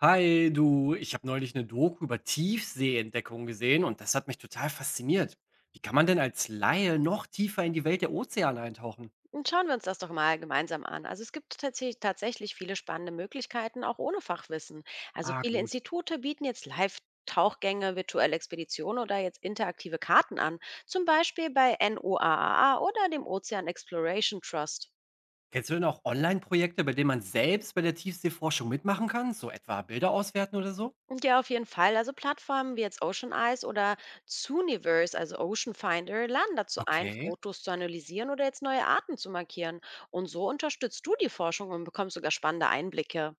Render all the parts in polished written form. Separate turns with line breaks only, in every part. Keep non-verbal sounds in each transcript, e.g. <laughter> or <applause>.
Hi, du, ich habe neulich eine Doku über Tiefseeentdeckung gesehen und das hat mich total fasziniert. Wie kann man denn als Laie noch tiefer in die Welt der Ozeane eintauchen?
Und schauen wir uns das doch mal gemeinsam an. Also es gibt tatsächlich viele spannende Möglichkeiten, auch ohne Fachwissen. Also
Ah,
viele
gut.
Institute bieten jetzt Live-Tauchgänge, virtuelle Expeditionen oder jetzt interaktive Karten an. Zum Beispiel bei NOAA oder dem Ocean Exploration Trust.
Kennst du denn auch Online-Projekte, bei denen man selbst bei der Tiefseeforschung mitmachen kann? So etwa Bilder auswerten oder so?
Und ja, auf jeden Fall. Also Plattformen wie jetzt Ocean Eyes oder Zooniverse, also Ocean Finder, laden dazu ein,
Okay.
Fotos zu analysieren oder jetzt neue Arten zu markieren. Und so unterstützt du die Forschung und bekommst sogar spannende Einblicke.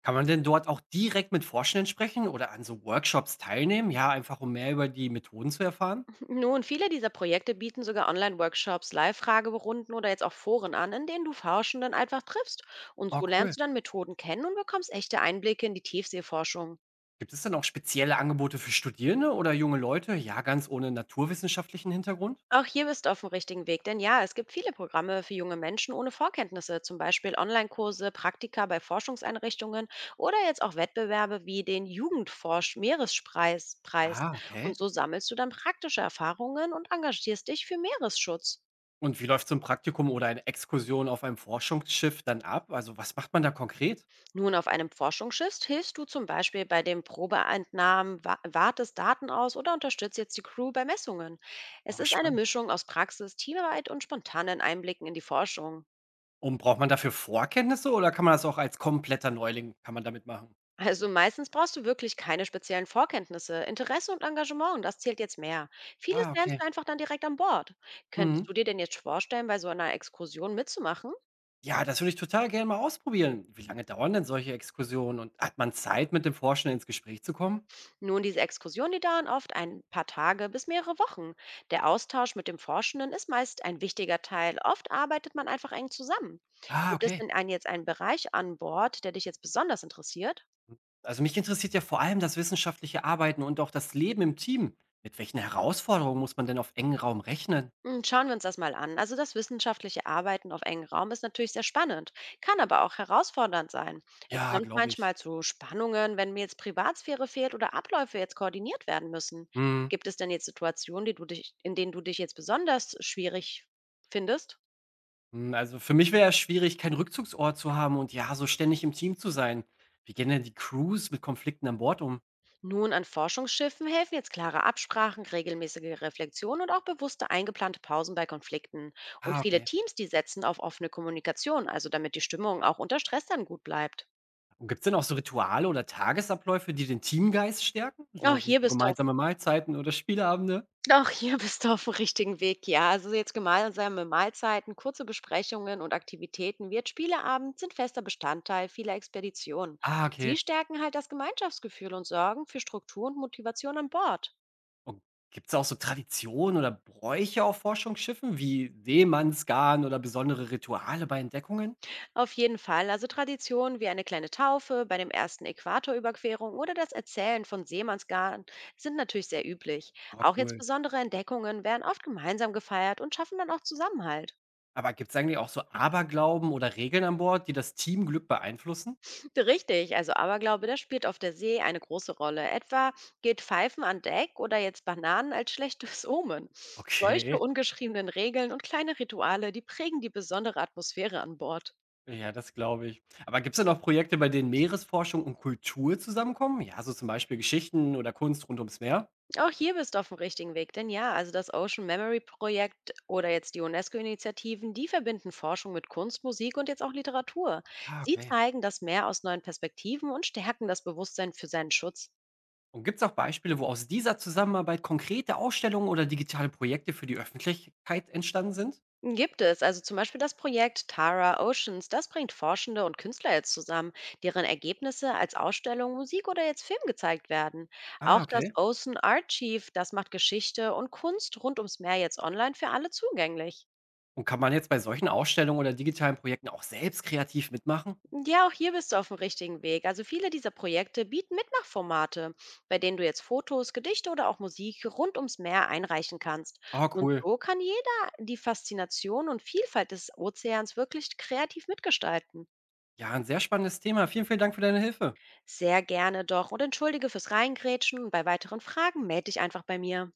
Kann man denn dort auch direkt mit Forschenden sprechen oder an so Workshops teilnehmen? Ja, einfach um mehr über die Methoden zu erfahren?
Nun, viele dieser Projekte bieten sogar Online-Workshops, Live-Fragerunden oder jetzt auch Foren an, in denen du Forschenden einfach triffst. Und
Oh,
so
cool.
lernst du dann Methoden kennen und bekommst echte Einblicke in die Tiefseeforschung.
Gibt es denn auch spezielle Angebote für Studierende oder junge Leute? Ja, ganz ohne naturwissenschaftlichen Hintergrund?
Auch hier bist du auf dem richtigen Weg, denn ja, es gibt viele Programme für junge Menschen ohne Vorkenntnisse, zum Beispiel Online-Kurse, Praktika bei Forschungseinrichtungen oder jetzt auch Wettbewerbe wie den Jugendforsch-Meerespreis. Preis.
Ah,
Und
okay.
so sammelst du dann praktische Erfahrungen und engagierst dich für Meeresschutz.
Und wie läuft so ein Praktikum oder eine Exkursion auf einem Forschungsschiff dann ab? Also, was macht man da konkret?
Nun, auf einem Forschungsschiff hilfst du zum Beispiel bei den Probeentnahmen, wartest Daten aus oder unterstützt jetzt die Crew bei Messungen. Es
Oh,
ist eine
spannend.
Mischung aus Praxis, Teamarbeit und spontanen Einblicken in die Forschung.
Und braucht man dafür Vorkenntnisse oder kann man das auch als kompletter Neuling kann man damit machen?
Also meistens brauchst du wirklich keine speziellen Vorkenntnisse. Interesse und Engagement, das zählt jetzt mehr. Vieles
Ah,
lernst
okay.
du einfach dann direkt an Bord. Könntest
Mhm.
du dir denn jetzt vorstellen, bei so einer Exkursion mitzumachen?
Ja, das würde ich total gerne mal ausprobieren. Wie lange dauern denn solche Exkursionen und hat man Zeit, mit dem Forschenden ins Gespräch zu kommen?
Nun, diese Exkursionen, die dauern oft ein paar Tage bis mehrere Wochen. Der Austausch mit dem Forschenden ist meist ein wichtiger Teil. Oft arbeitet man einfach eng zusammen.
Ah,
Gibt es
okay.
denn einen, jetzt einen Bereich an Bord, der dich jetzt besonders interessiert?
Also, mich interessiert ja vor allem das wissenschaftliche Arbeiten und auch das Leben im Team. Mit welchen Herausforderungen muss man denn auf engen Raum rechnen?
Schauen wir uns das mal an. Also das wissenschaftliche Arbeiten auf engem Raum ist natürlich sehr spannend, kann aber auch herausfordernd sein. Es
Ja,
kommt
glaube
manchmal
ich.
zu Spannungen, wenn mir jetzt Privatsphäre fehlt oder Abläufe jetzt koordiniert werden müssen.
Mhm.
Gibt es denn jetzt Situationen, die du dich, in denen du dich jetzt besonders schwierig findest?
Hm, also für mich wäre es schwierig, keinen Rückzugsort zu haben und ja, so ständig im Team zu sein. Wie gehen denn die Crews mit Konflikten an Bord um?
Nun, an Forschungsschiffen helfen jetzt klare Absprachen, regelmäßige Reflexion und auch bewusste eingeplante Pausen bei Konflikten. Und
Ah,
viele
okay.
Teams, die setzen auf offene Kommunikation, also damit die Stimmung auch unter Stress dann gut bleibt.
Und gibt's denn auch so Rituale oder Tagesabläufe, die den Teamgeist stärken?
Auch
So wie
hier
so
bist du auf,
gemeinsame Mahlzeiten oder Spieleabende?
auch hier <laughs> bist du auf dem richtigen Weg, ja. Also jetzt gemeinsame Mahlzeiten, kurze Besprechungen und Aktivitäten wie jetzt Spieleabend sind fester Bestandteil vieler Expeditionen.
Ah,
Sie
okay.
stärken halt das Gemeinschaftsgefühl und sorgen für Struktur und Motivation an Bord.
Und gibt's auch so Traditionen oder Bräuche auf Forschungsschiffen wie Seemannsgarn oder besondere Rituale bei Entdeckungen?
Auf jeden Fall. Also Traditionen wie eine kleine Taufe bei dem ersten Äquatorüberquerung oder das Erzählen von Seemannsgarn sind natürlich sehr üblich.
Aber
Auch jetzt
cool.
besondere Entdeckungen werden oft gemeinsam gefeiert und schaffen dann auch Zusammenhalt.
Aber gibt's eigentlich auch so Aberglauben oder Regeln an Bord, die das Teamglück beeinflussen?
Richtig, also Aberglaube, das spielt auf der See eine große Rolle. Etwa geht Pfeifen an Deck oder jetzt Bananen als schlechtes <laughs> Omen. Solche
Okay.
ungeschriebenen Regeln und kleine Rituale, die prägen die besondere Atmosphäre an Bord.
Ja, das glaube ich. Aber gibt es denn auch Projekte, bei denen Meeresforschung und Kultur zusammenkommen? Ja, so zum Beispiel Geschichten oder Kunst rund ums Meer?
Auch hier bist du auf dem richtigen Weg, denn ja, also das Ocean Memory Projekt oder jetzt die UNESCO-Initiativen, die verbinden Forschung mit Kunst, Musik und jetzt auch Literatur.
Ah,
Sie
okay.
zeigen das Meer aus neuen Perspektiven und stärken das Bewusstsein für seinen Schutz.
Und gibt es auch Beispiele, wo aus dieser Zusammenarbeit konkrete Ausstellungen oder digitale Projekte für die Öffentlichkeit entstanden sind?
Gibt es also zum Beispiel das Projekt Tara Oceans, das bringt Forschende und Künstler jetzt zusammen, deren Ergebnisse als Ausstellung, Musik oder jetzt Film gezeigt werden. Auch
Ah,
das
okay.
Ocean Archive, das macht Geschichte und Kunst rund ums Meer jetzt online für alle zugänglich.
Und kann man jetzt bei solchen Ausstellungen oder digitalen Projekten auch selbst kreativ mitmachen?
Ja, auch hier bist du auf dem richtigen Weg. Also viele dieser Projekte bieten Mitmachformate, bei denen du jetzt Fotos, Gedichte oder auch Musik rund ums Meer einreichen kannst.
Oh,
Und
cool.
so kann jeder die Faszination und Vielfalt des Ozeans wirklich kreativ mitgestalten.
Ja, ein sehr spannendes Thema. Vielen, vielen Dank für deine Hilfe.
Sehr gerne doch und entschuldige fürs Reingrätschen und bei weiteren Fragen melde dich einfach bei mir.